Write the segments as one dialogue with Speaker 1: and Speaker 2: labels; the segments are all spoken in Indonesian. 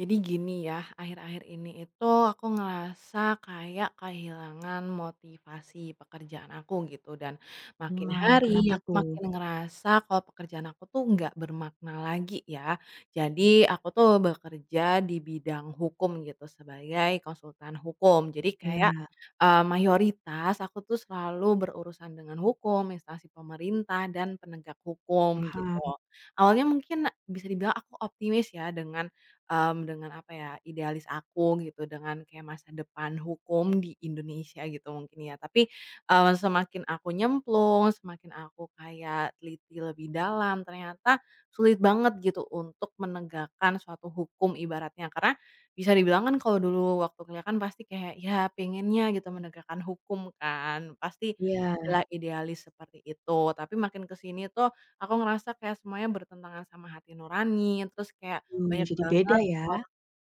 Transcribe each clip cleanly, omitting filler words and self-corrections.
Speaker 1: Jadi gini ya, akhir-akhir ini itu aku ngerasa kayak kehilangan motivasi pekerjaan aku gitu. Dan makin
Speaker 2: Wah,
Speaker 1: hari
Speaker 2: kenapa
Speaker 1: aku
Speaker 2: tuh?
Speaker 1: makin ngerasa kalau pekerjaan aku tuh nggak bermakna lagi ya. Jadi aku tuh bekerja di bidang hukum gitu sebagai konsultan hukum. Jadi kayak
Speaker 2: Iya,
Speaker 1: mayoritas aku tuh selalu berurusan dengan hukum, instansi pemerintah dan penegak hukum gitu.
Speaker 2: paham.
Speaker 1: Awalnya mungkin bisa dibilang aku optimis ya dengan dengan apa ya, idealis aku gitu, dengan kayak masa depan hukum di Indonesia gitu mungkin ya. Tapi, semakin aku nyemplung, semakin aku kayak teliti lebih dalam, ternyata sulit banget gitu untuk menegakkan suatu hukum ibaratnya. Karena bisa dibilang kan kalau dulu waktu kuliah kan pasti kayak ya pengennya gitu menegakkan hukum kan, pasti
Speaker 2: Iya,
Speaker 1: adalah idealis seperti itu. Tapi makin kesini tuh aku ngerasa kayak semuanya bertentangan sama hati nurani, terus kayak
Speaker 2: aduh
Speaker 1: banyak
Speaker 2: jadi beda
Speaker 1: banget
Speaker 2: ya?
Speaker 1: orang.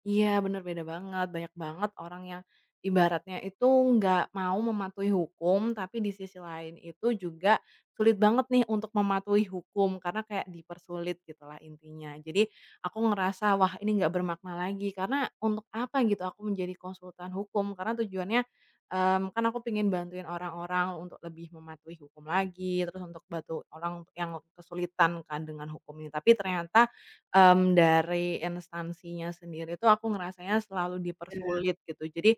Speaker 1: Iya, bener beda banget, banyak banget orang yang ibaratnya itu nggak mau mematuhi hukum, tapi di sisi lain itu juga sulit banget nih untuk mematuhi hukum karena kayak dipersulit gitulah intinya. Jadi aku ngerasa, "Wah, ini nggak bermakna lagi," karena untuk apa gitu aku menjadi konsultan hukum karena tujuannya, kan aku pengen bantuin orang-orang untuk lebih mematuhi hukum lagi, terus untuk bantu orang yang kesulitan kan dengan hukum ini. Tapi ternyata dari instansinya sendiri tuh aku ngerasanya selalu
Speaker 2: Iya,
Speaker 1: dipersulit gitu. Jadi,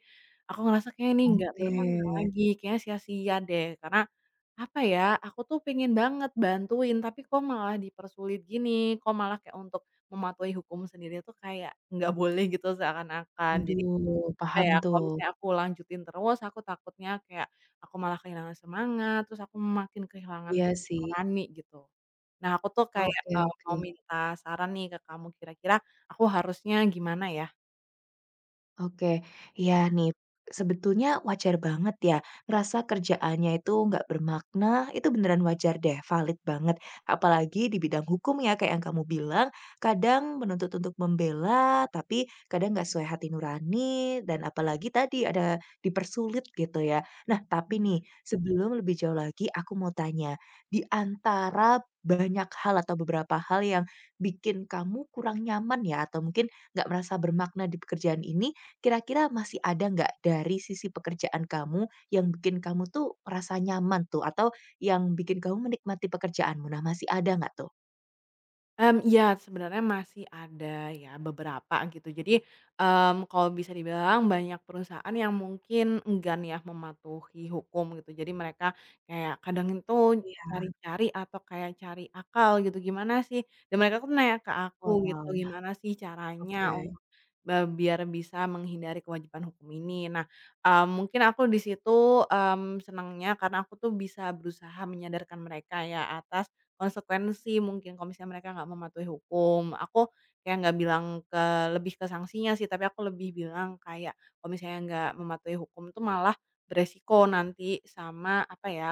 Speaker 1: aku ngerasa kayak ini nggak
Speaker 2: oke.
Speaker 1: bermakna lagi, kayaknya sia-sia deh. Karena, apa ya, aku tuh pengen banget bantuin, tapi kok malah dipersulit gini, kok malah kayak untuk mematuhi hukum sendiri tuh kayak nggak boleh gitu seakan-akan. Jadi
Speaker 2: Waduh,
Speaker 1: apa
Speaker 2: paham
Speaker 1: ya, kalau
Speaker 2: tuh.
Speaker 1: misalnya aku lanjutin terus, aku takutnya kayak aku malah kehilangan semangat, terus aku makin kehilangan
Speaker 2: Iya sih.
Speaker 1: nurani gitu. Nah, aku tuh kayak,
Speaker 2: Oke oke.
Speaker 1: mau minta saran nih ke kamu, kira-kira aku harusnya gimana ya?
Speaker 2: Oke, ya nih, sebetulnya wajar banget ya, ngerasa kerjaannya itu nggak bermakna, itu beneran wajar deh, valid banget. Apalagi di bidang hukum ya, kayak yang kamu bilang, kadang menuntut untuk membela, tapi kadang nggak sesuai hati nurani, dan apalagi tadi ada dipersulit gitu ya. Nah, tapi nih, sebelum lebih jauh lagi, aku mau tanya, di antara banyak hal atau beberapa hal yang bikin kamu kurang nyaman ya, atau mungkin nggak merasa bermakna di pekerjaan ini, kira-kira masih ada nggak dari sisi pekerjaan kamu yang bikin kamu tuh merasa nyaman tuh atau yang bikin kamu menikmati pekerjaanmu? Nah, masih ada nggak tuh?
Speaker 1: Mmm, iya, sebenarnya masih ada ya, beberapa gitu. Jadi, kalau bisa dibilang banyak perusahaan yang mungkin enggan ya mematuhi hukum gitu. Jadi mereka kayak kadang itu
Speaker 2: Iya.
Speaker 1: cari-cari atau kayak cari akal gitu, "Gimana sih?" Dan mereka tuh nanya ke aku gitu,
Speaker 2: Wow,
Speaker 1: "Gimana sih caranya
Speaker 2: oke.
Speaker 1: untuk, biar bisa menghindari kewajiban hukum ini?" Nah, mungkin aku di situ, senangnya karena aku tuh bisa berusaha menyadarkan mereka ya atas konsekuensi mungkin kalau misalnya mereka nggak mematuhi hukum. Aku kayak nggak bilang ke lebih ke sanksinya sih, tapi aku lebih bilang kayak kalau misalnya nggak mematuhi hukum tuh malah beresiko nanti sama apa ya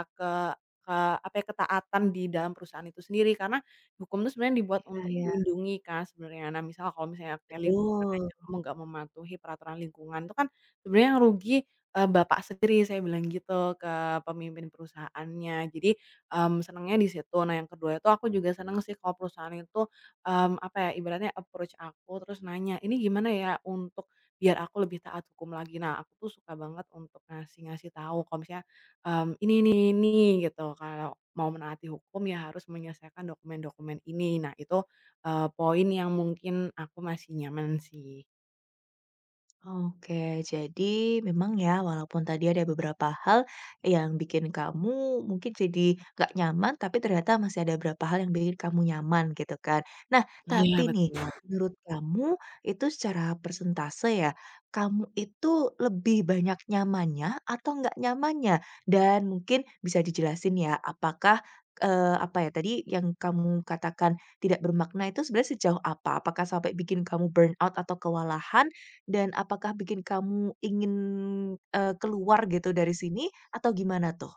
Speaker 1: apa ya, ketaatan di dalam perusahaan itu sendiri. Karena hukum itu sebenarnya dibuat
Speaker 2: Iya
Speaker 1: untuk
Speaker 2: iya.
Speaker 1: melindungi kan sebenarnya. Nah, misal kalau misalnya kayak lingkungan
Speaker 2: Betul.
Speaker 1: aja kamu nggak mematuhi peraturan lingkungan itu kan sebenarnya yang rugi, bapak sendiri, saya bilang gitu ke pemimpin perusahaannya. Jadi, senangnya di situ. Nah, yang kedua itu aku juga seneng sih kalau perusahaan itu, apa ya, ibaratnya approach aku terus nanya, "Ini gimana ya untuk biar aku lebih taat hukum lagi?" Nah, aku tuh suka banget untuk ngasih ngasih tahu kalau misalnya ini ini gitu, kalau mau menaati hukum ya harus menyelesaikan dokumen-dokumen ini. Nah itu, poin yang mungkin aku masih nyaman sih.
Speaker 2: Oke, jadi memang ya walaupun tadi ada beberapa hal yang bikin kamu mungkin jadi nggak nyaman, tapi ternyata masih ada beberapa hal yang bikin kamu nyaman gitu kan. Nah,
Speaker 1: Iya
Speaker 2: tapi nih
Speaker 1: betul.
Speaker 2: menurut kamu itu secara persentase ya, kamu itu lebih banyak nyamannya atau nggak nyamannya? Dan mungkin bisa dijelasin ya, apakah eh, apa ya tadi yang kamu katakan tidak bermakna itu sebenarnya sejauh apa? Apakah sampai bikin kamu burn out atau kewalahan? Dan apakah bikin kamu ingin, keluar gitu dari sini atau gimana tuh?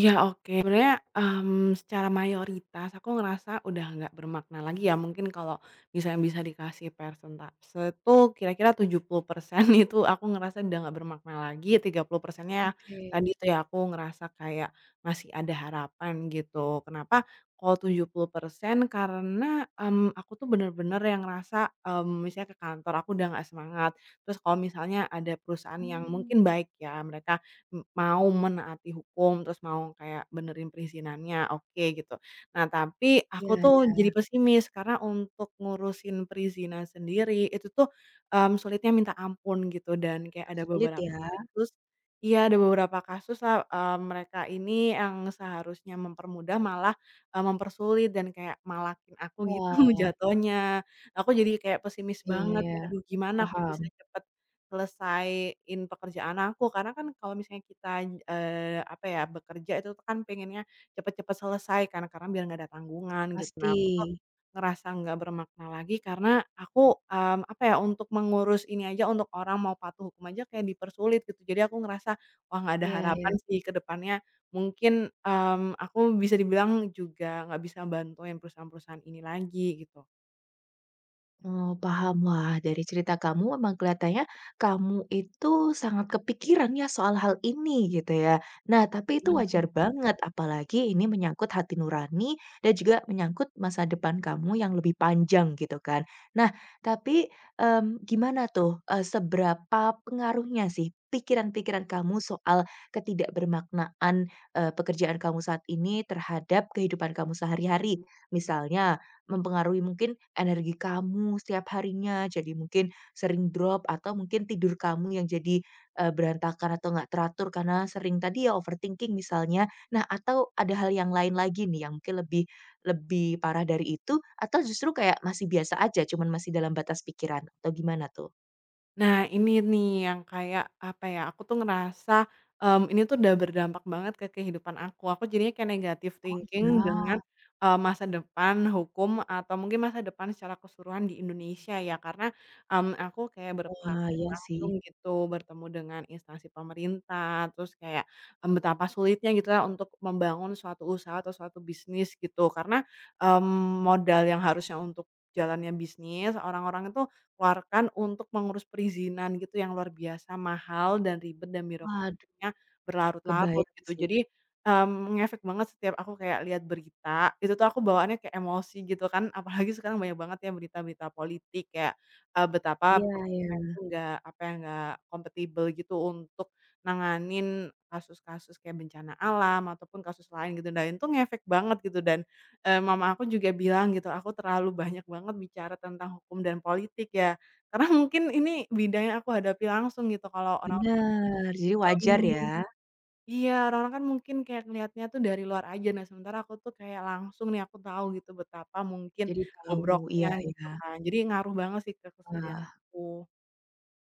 Speaker 1: Iya, oke. Sebenarnya, secara mayoritas aku ngerasa udah nggak bermakna lagi ya, mungkin kalau misalnya bisa dikasih persentase tuh kira-kira 70% itu aku ngerasa udah nggak bermakna lagi, tiga puluh persennya
Speaker 2: Oke,
Speaker 1: tadi tuh ya aku ngerasa kayak masih ada harapan gitu. Kenapa kalau 70% karena, aku tuh bener-bener yang ngerasa, misalnya ke kantor aku udah nggak semangat, terus kalau misalnya ada perusahaan yang
Speaker 2: mmm,
Speaker 1: mungkin baik ya, mereka mau menaati hukum, terus mau kayak benerin perizinannya, oke gitu. Nah, tapi aku
Speaker 2: iya
Speaker 1: tuh
Speaker 2: iya,
Speaker 1: jadi pesimis karena untuk ngurusin perizinan sendiri itu tuh, sulitnya minta ampun gitu dan kayak ada
Speaker 2: dipersulit
Speaker 1: beberapa
Speaker 2: ya.
Speaker 1: kasus. Iya, ada beberapa kasuslah, mereka ini yang seharusnya mempermudah malah, mempersulit dan kayak malakin aku gitu
Speaker 2: Wah,
Speaker 1: jatuhnya. Aku jadi kayak pesimis
Speaker 2: iya
Speaker 1: banget, kayak
Speaker 2: ya,
Speaker 1: aduh gimana aku
Speaker 2: paham,
Speaker 1: bisa cepet selesaiin pekerjaan aku, karena kan kalau misalnya kita, apa ya, bekerja itu tuh kan pengennya cepet-cepet selesai kan, karena biar nggak ada tanggungan gitu.
Speaker 2: pasti.
Speaker 1: Nah, aku tuh ngerasa nggak bermakna lagi karena aku, apa ya, untuk mengurus ini aja, untuk orang mau patuh hukum aja kayak dipersulit gitu. Jadi aku ngerasa, wah nggak ada
Speaker 2: Iya
Speaker 1: harapan
Speaker 2: ya.
Speaker 1: sih ke depannya. Mungkin, aku bisa dibilang juga nggak bisa bantuin perusahaan-perusahaan ini lagi
Speaker 2: Oh, paham. Wah, dari cerita kamu memang kelihatannya kamu itu sangat kepikiran ya soal hal ini gitu ya. Nah, tapi itu
Speaker 1: gitu.
Speaker 2: wajar banget apalagi ini menyangkut hati nurani dan juga menyangkut masa depan kamu yang lebih panjang gitu kan. Nah, tapi gimana tuh eh, seberapa pengaruhnya sih pikiran-pikiran kamu soal ketidakbermaknaan eh, pekerjaan kamu saat ini terhadap kehidupan kamu sehari-hari? Misalnya mempengaruhi mungkin energi kamu setiap harinya, jadi mungkin sering drop atau mungkin tidur kamu yang jadi, berantakan atau nggak teratur karena sering tadi ya overthinking misalnya. Nah, atau ada hal yang lain lagi nih yang mungkin lebih lebih parah dari itu, atau justru kayak masih biasa aja cuman masih dalam batas pikiran atau gimana tuh?
Speaker 1: Nah, ini nih yang kayak, apa ya, aku tuh ngerasa, ini tuh udah berdampak banget ke kehidupan aku. Aku jadinya kayak negatif
Speaker 2: Oh
Speaker 1: thinking dengan,
Speaker 2: iya,
Speaker 1: masa depan hukum atau mungkin masa depan secara keseluruhan di Indonesia ya, karena, aku kayak
Speaker 2: wah
Speaker 1: berpraktek
Speaker 2: iya sih.
Speaker 1: langsung gitu, bertemu dengan instansi pemerintah, terus kayak, betapa sulitnya gitu ya untuk membangun suatu usaha atau suatu bisnis gitu. Karena, modal yang harusnya untuk jalannya bisnis, orang-orang itu keluarkan untuk mengurus perizinan gitu yang luar biasa mahal dan ribet dan biro
Speaker 2: Waduh,
Speaker 1: Nya berlarut-larut
Speaker 2: kebayang
Speaker 1: gitu.
Speaker 2: sih.
Speaker 1: Jadi, ngefek banget setiap aku kayak lihat berita, itu tuh aku bawaannya kayak emosi gitu kan, apalagi sekarang banyak banget ya berita-berita politik kayak, betapa
Speaker 2: Iya ya,
Speaker 1: pemerintah itu nggak, apa ya, nggak kompatibel gitu untuk nanganin kasus-kasus kayak bencana alam ataupun kasus lain gitu, dan itu ngefek banget gitu dan, mama aku juga bilang gitu, "Aku terlalu banyak banget bicara tentang hukum dan politik ya." Karena mungkin ini bidang yang aku hadapi langsung gitu, kalau
Speaker 2: benar, jadi wajar ya,
Speaker 1: orang-orang. Iya, orang-orang kan mungkin kayak ngelihatnya tuh dari luar aja. Nah, sementara aku tuh kayak langsung nih aku tahu gitu betapa mungkin
Speaker 2: jadi tahu,
Speaker 1: bobroknya
Speaker 2: iya ya.
Speaker 1: gitu kan. Jadi ngaruh banget sih ke keseharian
Speaker 2: Wah.
Speaker 1: aku.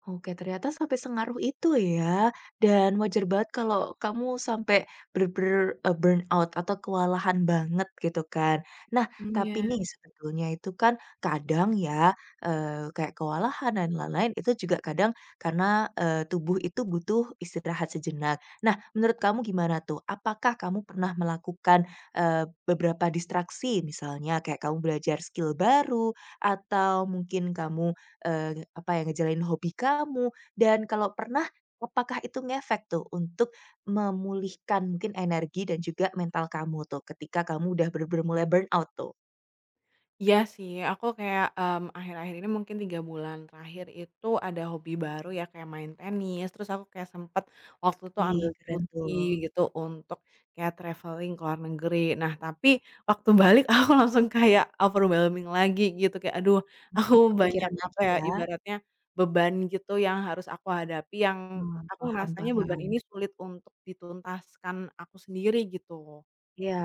Speaker 2: Oke, ternyata sampai sengaruh itu ya, dan wajar banget kalau kamu sampai bener-bener, burnout atau kewalahan banget gitu kan. Nah,
Speaker 1: Mmm, iya.
Speaker 2: tapi nih sebetulnya itu kan kadang ya, kayak kewalahan dan lain-lain itu juga kadang karena, tubuh itu butuh istirahat sejenak. Nah, menurut kamu gimana tuh? Apakah kamu pernah melakukan, beberapa distraksi misalnya kayak kamu belajar skill baru atau mungkin kamu eee, apa ya, ngejalanin hobi kamu, dan kalau pernah, apakah itu ngefek tuh untuk memulihkan mungkin energi dan juga mental kamu tuh ketika kamu udah bener-bener mulai burnout tuh?
Speaker 1: Iya sih, aku kayak, akhir-akhir ini mungkin 3 bulan terakhir itu ada hobi baru ya, kayak main tenis, terus aku kayak sempet waktu itu
Speaker 2: Wih,
Speaker 1: ambil
Speaker 2: keren
Speaker 1: cuti
Speaker 2: tuh.
Speaker 1: gitu untuk kayak traveling ke luar negeri. Nah, tapi waktu balik aku langsung kayak overwhelming lagi gitu, kayak aduh aku banyak
Speaker 2: Kepikiran
Speaker 1: apa
Speaker 2: lagi
Speaker 1: ya,
Speaker 2: ya?
Speaker 1: ibaratnya beban gitu yang harus aku hadapi, yang
Speaker 2: Wah,
Speaker 1: aku
Speaker 2: paham
Speaker 1: ngerasanya beban ini
Speaker 2: paham.
Speaker 1: sulit untuk dituntaskan aku sendiri gitu.
Speaker 2: Iya.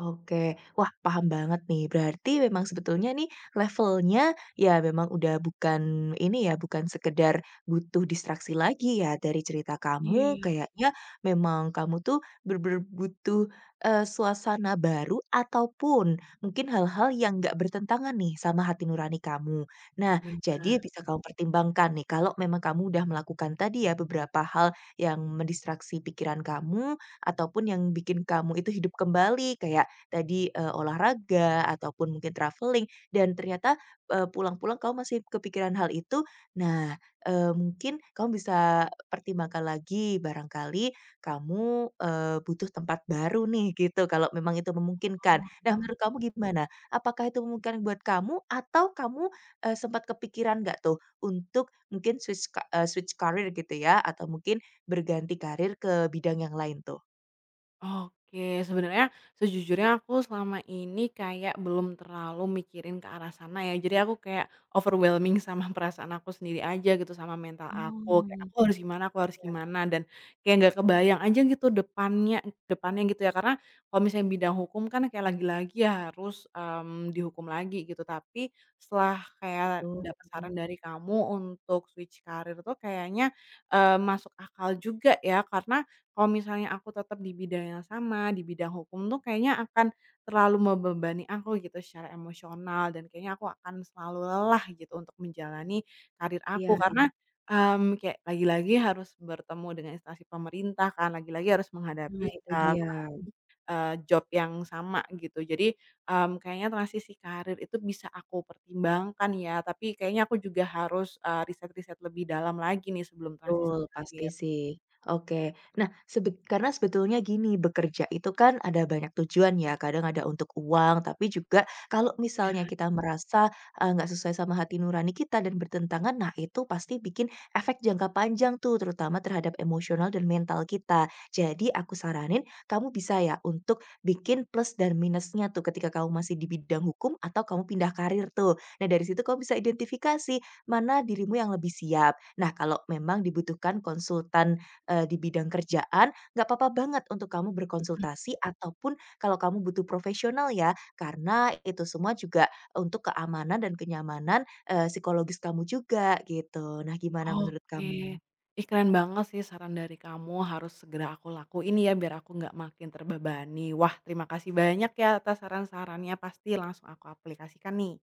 Speaker 2: Oke, wah paham banget nih. Berarti memang sebetulnya nih levelnya ya memang udah bukan ini ya, bukan sekedar butuh distraksi lagi ya dari cerita kamu,
Speaker 1: Iya,
Speaker 2: kayaknya memang kamu tuh bener butuh, suasana baru ataupun mungkin hal-hal yang nggak bertentangan nih sama hati nurani kamu. Nah,
Speaker 1: benar.
Speaker 2: jadi bisa kamu pertimbangkan nih kalau memang kamu udah melakukan tadi ya beberapa hal yang mendistraksi pikiran kamu ataupun yang bikin kamu itu hidup kembali kayak tadi, olahraga ataupun mungkin traveling dan ternyata, pulang-pulang kamu masih kepikiran hal itu. Nah, mungkin kamu bisa pertimbangkan lagi, barangkali kamu, butuh tempat baru nih gitu, kalau memang itu memungkinkan. Nah, menurut kamu gimana? Apakah itu memungkinkan buat kamu atau kamu, sempat kepikiran nggak tuh untuk mungkin switch karir gitu ya atau mungkin berganti karir ke bidang yang lain tuh?
Speaker 1: Oke, sebenarnya sejujurnya aku selama ini kayak belum terlalu mikirin ke arah sana ya. Jadi aku kayak overwhelming sama perasaan aku sendiri aja gitu sama mental aku. Kayak
Speaker 2: Oh,
Speaker 1: aku harus gimana dan kayak nggak kebayang aja gitu depannya depannya gitu ya. Karena kalau misalnya bidang hukum kan kayak lagi-lagi ya harus dihukum lagi gitu. Tapi setelah kayak
Speaker 2: betul.
Speaker 1: dapat saran dari kamu untuk switch karir tuh kayaknya masuk akal juga ya karena kalau misalnya aku tetap di bidang yang sama, di bidang hukum tuh kayaknya akan terlalu membebani aku gitu secara emosional dan kayaknya aku akan selalu lelah gitu untuk menjalani karir aku
Speaker 2: Iya.
Speaker 1: karena, kayak lagi-lagi harus bertemu dengan instansi pemerintah kan, lagi-lagi harus menghadapi,
Speaker 2: Nah itu
Speaker 1: eee,
Speaker 2: dia.
Speaker 1: eee, job yang sama gitu. Jadi, kayaknya transisi karir itu bisa aku pertimbangkan ya, tapi kayaknya aku juga harus, riset-riset lebih dalam lagi nih sebelum transisi
Speaker 2: Betul, pasti
Speaker 1: karir.
Speaker 2: sih. Oke. Nah, karena sebetulnya gini, bekerja itu kan ada banyak tujuan ya, kadang ada untuk uang, tapi juga kalau
Speaker 1: Iya.
Speaker 2: misalnya kita merasa, nggak sesuai sama hati nurani kita dan bertentangan, nah itu pasti bikin efek jangka panjang tuh, terutama terhadap emosional dan mental kita. Jadi aku saranin kamu bisa ya untuk bikin plus dan minusnya tuh ketika kamu masih di bidang hukum atau kamu pindah karir tuh. Nah, dari situ kamu bisa identifikasi mana dirimu yang lebih siap. Nah, kalau memang dibutuhkan konsultan, di bidang kerjaan, nggak apa-apa banget untuk kamu berkonsultasi ataupun kalau kamu butuh profesional ya, karena itu semua juga untuk keamanan dan kenyamanan, psikologis kamu juga gitu. Nah, gimana menurut
Speaker 1: Oke.
Speaker 2: kamu?
Speaker 1: Ih, keren banget sih saran dari kamu, harus segera aku lakuin ya biar aku nggak makin terbebani. Wah, terima kasih banyak ya atas saran-sarannya, pasti langsung aku aplikasikan nih.